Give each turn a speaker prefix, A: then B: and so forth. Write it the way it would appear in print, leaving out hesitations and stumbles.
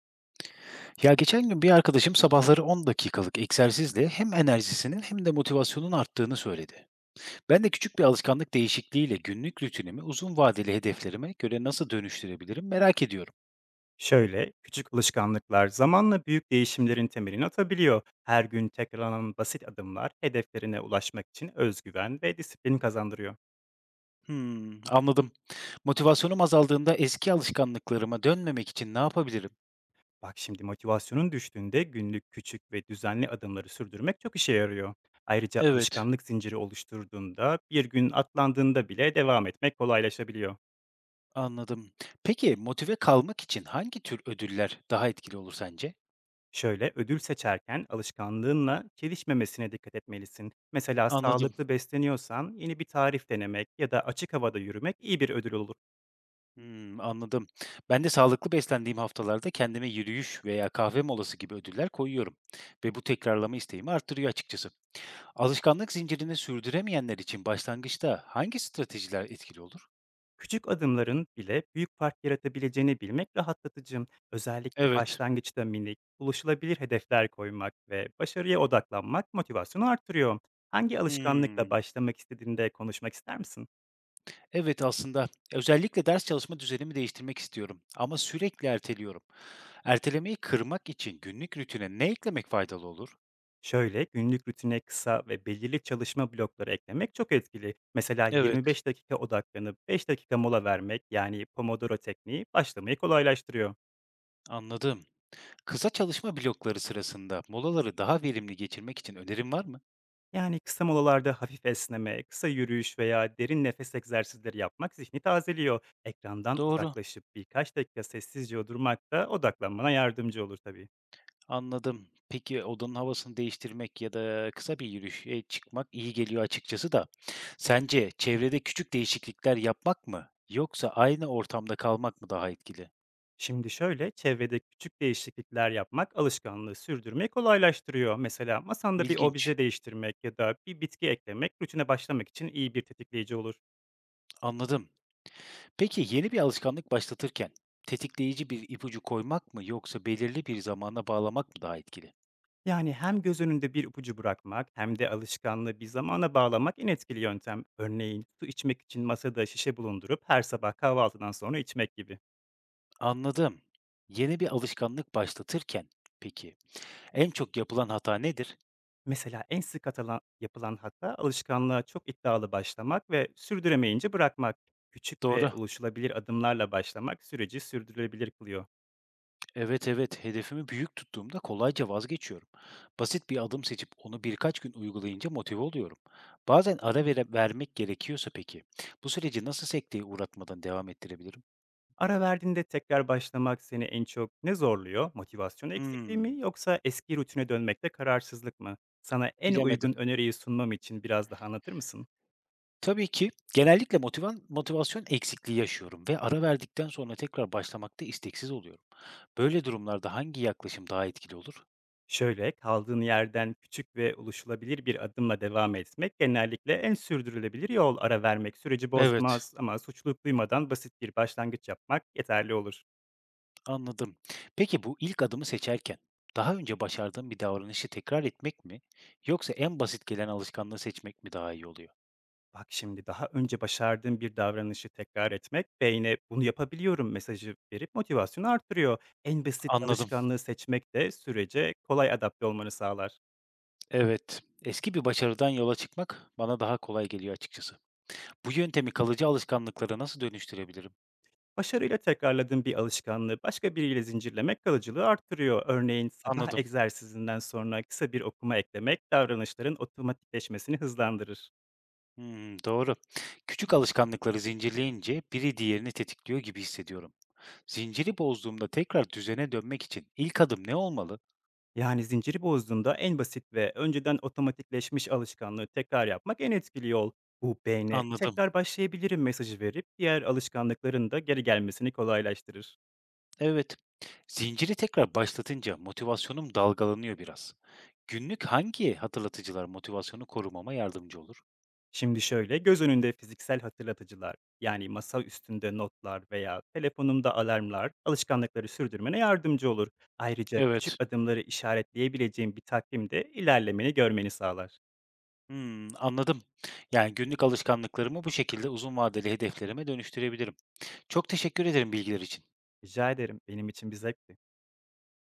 A: Ya geçen gün bir arkadaşım sabahları 10 dakikalık egzersizle hem enerjisinin hem de motivasyonun arttığını söyledi. Ben de küçük bir alışkanlık değişikliğiyle günlük rutinimi uzun vadeli hedeflerime göre nasıl dönüştürebilirim merak ediyorum.
B: Şöyle, küçük alışkanlıklar zamanla büyük değişimlerin temelini atabiliyor. Her gün tekrarlanan basit adımlar hedeflerine ulaşmak için özgüven ve disiplin kazandırıyor.
A: Hmm, anladım. Motivasyonum azaldığında eski alışkanlıklarıma dönmemek için ne yapabilirim?
B: Bak şimdi motivasyonun düştüğünde günlük küçük ve düzenli adımları sürdürmek çok işe yarıyor. Ayrıca
A: Evet,
B: alışkanlık zinciri oluşturduğunda bir gün atlandığında bile devam etmek kolaylaşabiliyor.
A: anladım. Peki motive kalmak için hangi tür ödüller daha etkili olur sence?
B: Şöyle ödül seçerken alışkanlığınla çelişmemesine dikkat etmelisin. Mesela
A: Anladım.
B: sağlıklı besleniyorsan yeni bir tarif denemek ya da açık havada yürümek iyi bir ödül olur.
A: Hımm, anladım. Ben de sağlıklı beslendiğim haftalarda kendime yürüyüş veya kahve molası gibi ödüller koyuyorum ve bu tekrarlama isteğimi artırıyor açıkçası. Alışkanlık zincirini sürdüremeyenler için başlangıçta hangi stratejiler etkili olur?
B: Küçük adımların bile büyük fark yaratabileceğini bilmek rahatlatıcı. Özellikle
A: Evet.
B: başlangıçta minik, ulaşılabilir hedefler koymak ve başarıya odaklanmak motivasyonu artırıyor. Hangi alışkanlıkla
A: Hımm.
B: başlamak istediğinde konuşmak ister misin?
A: Evet, aslında özellikle ders çalışma düzenimi değiştirmek istiyorum ama sürekli erteliyorum. Ertelemeyi kırmak için günlük rutine ne eklemek faydalı olur?
B: Şöyle günlük rutine kısa ve belirli çalışma blokları eklemek çok etkili. Mesela
A: Evet,
B: 25 dakika odaklanıp 5 dakika mola vermek yani Pomodoro tekniği başlamayı kolaylaştırıyor.
A: anladım. Kısa çalışma blokları sırasında molaları daha verimli geçirmek için önerin var mı?
B: Yani kısa molalarda hafif esneme, kısa yürüyüş veya derin nefes egzersizleri yapmak zihni tazeliyor. Ekrandan
A: Doğru.
B: uzaklaşıp birkaç dakika sessizce durmak da odaklanmana yardımcı olur tabii.
A: Anladım. Peki odanın havasını değiştirmek ya da kısa bir yürüyüşe çıkmak iyi geliyor açıkçası da. Sence çevrede küçük değişiklikler yapmak mı yoksa aynı ortamda kalmak mı daha etkili?
B: Şimdi şöyle, çevrede küçük değişiklikler yapmak alışkanlığı sürdürmeyi kolaylaştırıyor. Mesela masanda bir
A: İlginç.
B: obje değiştirmek ya da bir bitki eklemek rutine başlamak için iyi bir tetikleyici olur.
A: Anladım. Peki yeni bir alışkanlık başlatırken tetikleyici bir ipucu koymak mı yoksa belirli bir zamana bağlamak mı daha etkili?
B: Yani hem göz önünde bir ipucu bırakmak hem de alışkanlığı bir zamana bağlamak en etkili yöntem. Örneğin su içmek için masada şişe bulundurup her sabah kahvaltıdan sonra içmek gibi.
A: Anladım. Yeni bir alışkanlık başlatırken peki en çok yapılan hata nedir?
B: Mesela en sık yapılan hata alışkanlığa çok iddialı başlamak ve sürdüremeyince bırakmak. Küçük ve
A: Doğru.
B: ulaşılabilir adımlarla başlamak süreci sürdürülebilir kılıyor.
A: Evet, evet. Hedefimi büyük tuttuğumda kolayca vazgeçiyorum. Basit bir adım seçip onu birkaç gün uygulayınca motive oluyorum. Bazen ara vere vermek gerekiyorsa peki, bu süreci nasıl sekteye uğratmadan devam ettirebilirim?
B: Ara verdiğinde tekrar başlamak seni en çok ne zorluyor? Motivasyon eksikliği
A: Hmm,
B: mi yoksa eski rutine dönmekte kararsızlık mı? Sana en
A: bilemedim.
B: uygun öneriyi sunmam için biraz daha anlatır mısın?
A: Tabii ki genellikle motivasyon eksikliği yaşıyorum ve ara verdikten sonra tekrar başlamakta isteksiz oluyorum. Böyle durumlarda hangi yaklaşım daha etkili olur?
B: Şöyle, kaldığın yerden küçük ve ulaşılabilir bir adımla devam etmek genellikle en sürdürülebilir yol. Ara vermek süreci
A: Evet.
B: bozmaz ama suçluluk duymadan basit bir başlangıç yapmak yeterli olur.
A: Anladım. Peki bu ilk adımı seçerken daha önce başardığın bir davranışı tekrar etmek mi yoksa en basit gelen alışkanlığı seçmek mi daha iyi oluyor?
B: Bak şimdi daha önce başardığın bir davranışı tekrar etmek beyne bunu yapabiliyorum mesajı verip motivasyonu artırıyor. En basit
A: Anladım.
B: alışkanlığı seçmek de sürece kolay adapte olmanı sağlar.
A: Evet. Eski bir başarıdan yola çıkmak bana daha kolay geliyor açıkçası. Bu yöntemi kalıcı alışkanlıklara nasıl dönüştürebilirim?
B: Başarıyla tekrarladığın bir alışkanlığı başka biriyle zincirlemek kalıcılığı arttırıyor. Örneğin sabah
A: Anladım.
B: egzersizinden sonra kısa bir okuma eklemek davranışların otomatikleşmesini hızlandırır.
A: Hmm, doğru. Küçük alışkanlıkları zincirleyince biri diğerini tetikliyor gibi hissediyorum. Zinciri bozduğumda tekrar düzene dönmek için ilk adım ne olmalı?
B: Yani zinciri bozduğunda en basit ve önceden otomatikleşmiş alışkanlığı tekrar yapmak en etkili yol. Bu beyne
A: Anladım.
B: tekrar başlayabilirim mesajı verip diğer alışkanlıkların da geri gelmesini kolaylaştırır.
A: Evet. Zinciri tekrar başlatınca motivasyonum dalgalanıyor biraz. Günlük hangi hatırlatıcılar motivasyonu korumama yardımcı olur?
B: Şimdi şöyle, göz önünde fiziksel hatırlatıcılar, yani masa üstünde notlar veya telefonumda alarmlar alışkanlıkları sürdürmene yardımcı olur. Ayrıca küçük
A: Evet.
B: adımları işaretleyebileceğin bir takvim de ilerlemeni görmeni sağlar.
A: Hmm, anladım. Yani günlük alışkanlıklarımı bu şekilde uzun vadeli hedeflerime dönüştürebilirim. Çok teşekkür ederim bilgiler için.
B: Rica ederim, benim için bir zevkti.